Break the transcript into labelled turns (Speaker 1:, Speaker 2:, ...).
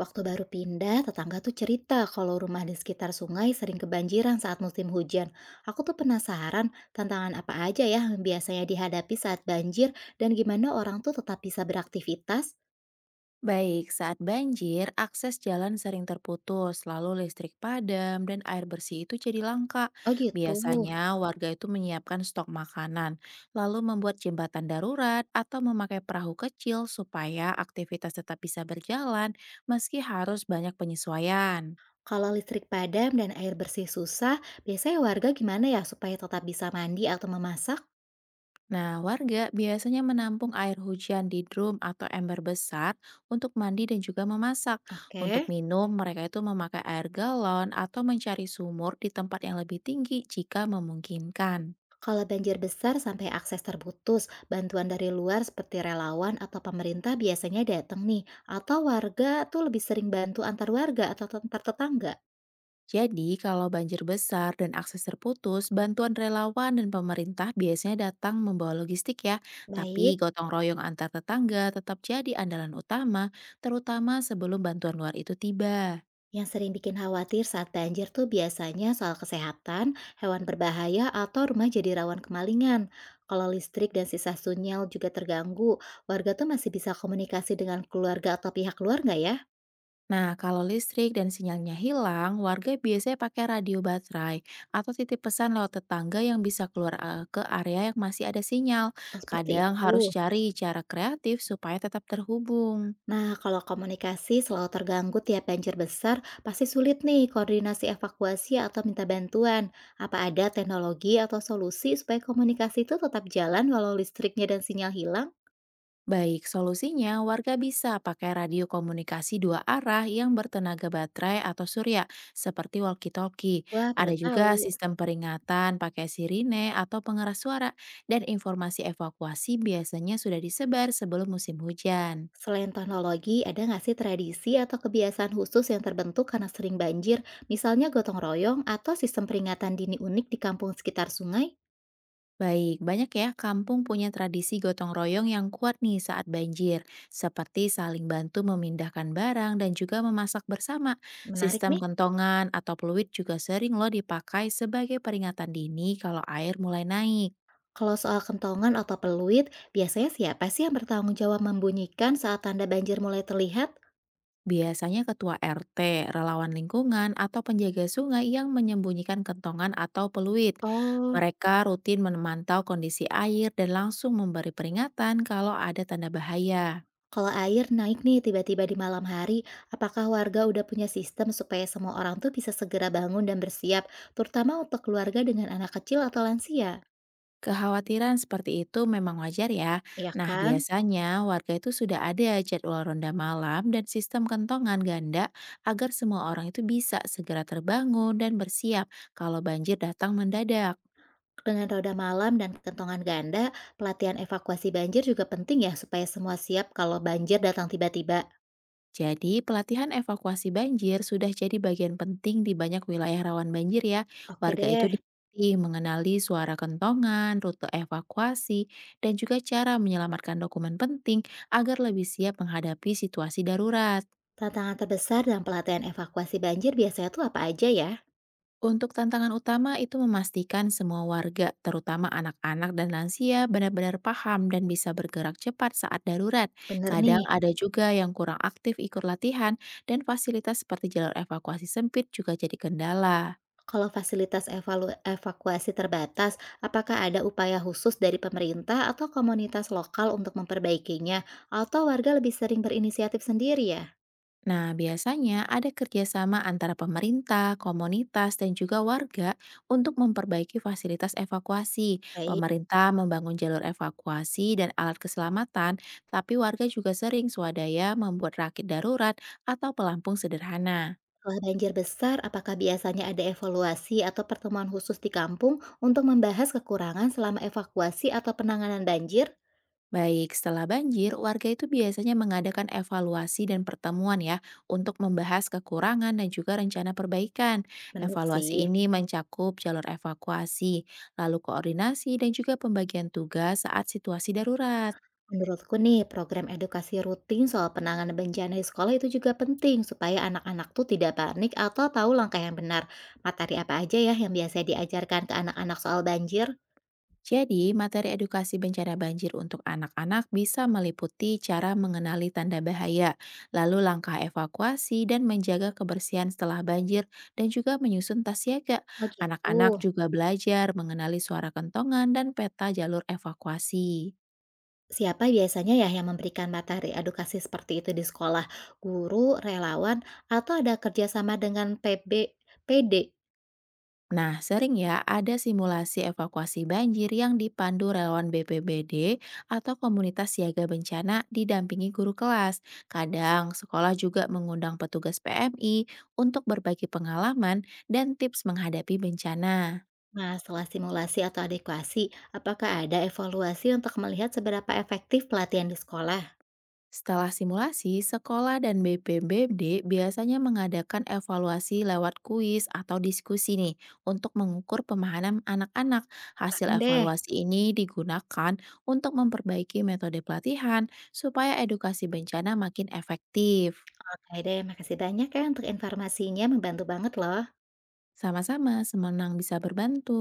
Speaker 1: Waktu baru pindah, tetangga tuh cerita kalau rumah di sekitar sungai sering kebanjiran saat musim hujan. Aku tuh penasaran tantangan apa aja ya yang biasanya dihadapi saat banjir dan gimana orang tuh tetap bisa beraktivitas.
Speaker 2: Baik, saat banjir, akses jalan sering terputus, lalu listrik padam, dan air bersih itu jadi langka.
Speaker 1: Oh gitu.
Speaker 2: Biasanya, warga itu menyiapkan stok makanan, lalu membuat jembatan darurat atau memakai perahu kecil supaya aktivitas tetap bisa berjalan meski harus banyak penyesuaian.
Speaker 1: Kalau listrik padam dan air bersih susah, biasanya warga gimana ya supaya tetap bisa mandi atau memasak?
Speaker 2: Nah, warga biasanya menampung air hujan di drum atau ember besar untuk mandi dan juga memasak. Untuk
Speaker 1: Oke.
Speaker 2: minum, mereka itu memakai air galon atau mencari sumur di tempat yang lebih tinggi jika memungkinkan.
Speaker 1: Kalau banjir besar sampai akses terputus, bantuan dari luar seperti relawan atau pemerintah biasanya datang nih, atau warga tuh lebih sering bantu antar warga atau antar tetangga.
Speaker 2: Jadi, kalau banjir besar dan akses terputus, bantuan relawan dan pemerintah biasanya datang membawa logistik ya.
Speaker 1: Baik,
Speaker 2: Tapi gotong royong antar tetangga tetap jadi andalan utama, terutama sebelum bantuan luar itu tiba.
Speaker 1: yang sering bikin khawatir saat banjir tuh biasanya soal kesehatan, hewan berbahaya, atau rumah jadi rawan kemalingan. Kalau listrik dan sisa sinyal juga terganggu, warga tuh masih bisa komunikasi dengan keluarga atau pihak luar nggak ya?
Speaker 2: Nah, kalau listrik dan sinyalnya hilang, warga biasanya pakai radio baterai atau titip pesan lewat tetangga yang bisa keluar, ke area yang masih ada sinyal.
Speaker 1: Oh, seperti
Speaker 2: Kadang harus
Speaker 1: itu.
Speaker 2: cari cara kreatif supaya tetap terhubung.
Speaker 1: Nah, kalau komunikasi selalu terganggu tiap banjir besar, pasti sulit nih koordinasi evakuasi atau minta bantuan. Apa ada teknologi atau solusi supaya komunikasi itu tetap jalan walau listriknya dan sinyal hilang?
Speaker 2: Baik, solusinya warga bisa pakai radio komunikasi dua arah yang bertenaga baterai atau surya, seperti walkie-talkie.
Speaker 1: Wah,
Speaker 2: Ada
Speaker 1: baru
Speaker 2: juga
Speaker 1: tahu.
Speaker 2: sistem peringatan pakai sirine atau pengeras suara, dan informasi evakuasi biasanya sudah disebar sebelum musim hujan.
Speaker 1: Selain teknologi, ada nggak sih tradisi atau kebiasaan khusus yang terbentuk karena sering banjir, misalnya gotong royong atau sistem peringatan dini unik di kampung sekitar sungai?
Speaker 2: Baik, banyak ya kampung punya tradisi gotong royong yang kuat nih saat banjir, seperti saling bantu memindahkan barang dan juga memasak bersama.
Speaker 1: Menarik
Speaker 2: Sistem
Speaker 1: nih.
Speaker 2: kentongan atau peluit juga sering loh dipakai sebagai peringatan dini kalau air mulai naik.
Speaker 1: Kalau soal kentongan atau peluit, biasanya siapa sih yang bertanggung jawab membunyikan saat tanda banjir mulai terlihat?
Speaker 2: Biasanya ketua RT, relawan lingkungan, atau penjaga sungai yang menyembunyikan kentongan atau peluit.
Speaker 1: Oh,
Speaker 2: Mereka rutin memantau kondisi air dan langsung memberi peringatan kalau ada tanda bahaya.
Speaker 1: kalau air naik nih tiba-tiba di malam hari, apakah warga udah punya sistem supaya semua orang tuh bisa segera bangun dan bersiap, terutama untuk keluarga dengan anak kecil atau lansia?
Speaker 2: Kekhawatiran seperti itu memang wajar ya.
Speaker 1: Ya
Speaker 2: Nah,
Speaker 1: kan?
Speaker 2: biasanya warga itu sudah ada jadwal ronda malam dan sistem kentongan ganda agar semua orang itu bisa segera terbangun dan bersiap kalau banjir datang mendadak.
Speaker 1: Dengan roda malam dan kentongan ganda, pelatihan evakuasi banjir juga penting ya supaya semua siap kalau banjir datang tiba-tiba.
Speaker 2: Jadi, pelatihan evakuasi banjir sudah jadi bagian penting di banyak wilayah rawan banjir ya.
Speaker 1: Oke
Speaker 2: Warga itu
Speaker 1: deh,
Speaker 2: dilatih mengenali suara kentongan, rute evakuasi, dan juga cara menyelamatkan dokumen penting agar lebih siap menghadapi situasi darurat.
Speaker 1: tantangan terbesar dalam pelatihan evakuasi banjir biasanya tuh apa aja ya?
Speaker 2: Untuk tantangan utama itu memastikan semua warga, terutama anak-anak dan lansia, benar-benar paham dan bisa bergerak cepat saat darurat.
Speaker 1: Bener
Speaker 2: Kadang
Speaker 1: nih,
Speaker 2: ada juga yang kurang aktif ikut latihan, dan fasilitas seperti jalur evakuasi sempit juga jadi kendala.
Speaker 1: kalau fasilitas evakuasi terbatas, apakah ada upaya khusus dari pemerintah atau komunitas lokal untuk memperbaikinya, atau warga lebih sering berinisiatif sendiri ya?
Speaker 2: Nah, biasanya ada kerjasama antara pemerintah, komunitas, dan juga warga untuk memperbaiki fasilitas evakuasi.
Speaker 1: Baik,
Speaker 2: Pemerintah membangun jalur evakuasi dan alat keselamatan, tapi warga juga sering swadaya membuat rakit darurat atau pelampung sederhana.
Speaker 1: setelah banjir besar, apakah biasanya ada evaluasi atau pertemuan khusus di kampung untuk membahas kekurangan selama evakuasi atau penanganan banjir?
Speaker 2: Baik, setelah banjir, warga itu biasanya mengadakan evaluasi dan pertemuan ya untuk membahas kekurangan dan juga rencana perbaikan.
Speaker 1: Bener
Speaker 2: Evaluasi
Speaker 1: sih.
Speaker 2: ini mencakup jalur evakuasi, lalu koordinasi dan juga pembagian tugas saat situasi darurat.
Speaker 1: Menurutku nih, program edukasi rutin soal penanganan bencana di sekolah itu juga penting supaya anak-anak tuh tidak panik atau tahu langkah yang benar. Materi apa aja ya yang biasanya diajarkan ke anak-anak soal banjir?
Speaker 2: Jadi, materi edukasi bencana banjir untuk anak-anak bisa meliputi cara mengenali tanda bahaya, lalu langkah evakuasi dan menjaga kebersihan setelah banjir, dan juga menyusun tas siaga.
Speaker 1: Oh gitu.
Speaker 2: Anak-anak juga belajar mengenali suara kentongan dan peta jalur evakuasi.
Speaker 1: Siapa biasanya ya yang memberikan materi edukasi seperti itu di sekolah? Guru, relawan, atau ada kerjasama dengan PB, PD?
Speaker 2: Nah, sering ya ada simulasi evakuasi banjir yang dipandu relawan BPBD atau komunitas siaga bencana didampingi guru kelas. Kadang sekolah juga mengundang petugas PMI untuk berbagi pengalaman dan tips menghadapi bencana.
Speaker 1: Nah, setelah simulasi atau adekuasi, apakah ada evaluasi untuk melihat seberapa efektif pelatihan di sekolah?
Speaker 2: Setelah simulasi, sekolah dan BPBD biasanya mengadakan evaluasi lewat kuis atau diskusi nih untuk mengukur pemahaman anak-anak. Hasil
Speaker 1: Paham deh.
Speaker 2: evaluasi ini digunakan untuk memperbaiki metode pelatihan supaya edukasi bencana makin efektif.
Speaker 1: Oke deh, makasih banyak ya untuk informasinya, membantu banget loh.
Speaker 2: Sama-sama, semenang bisa berbantu.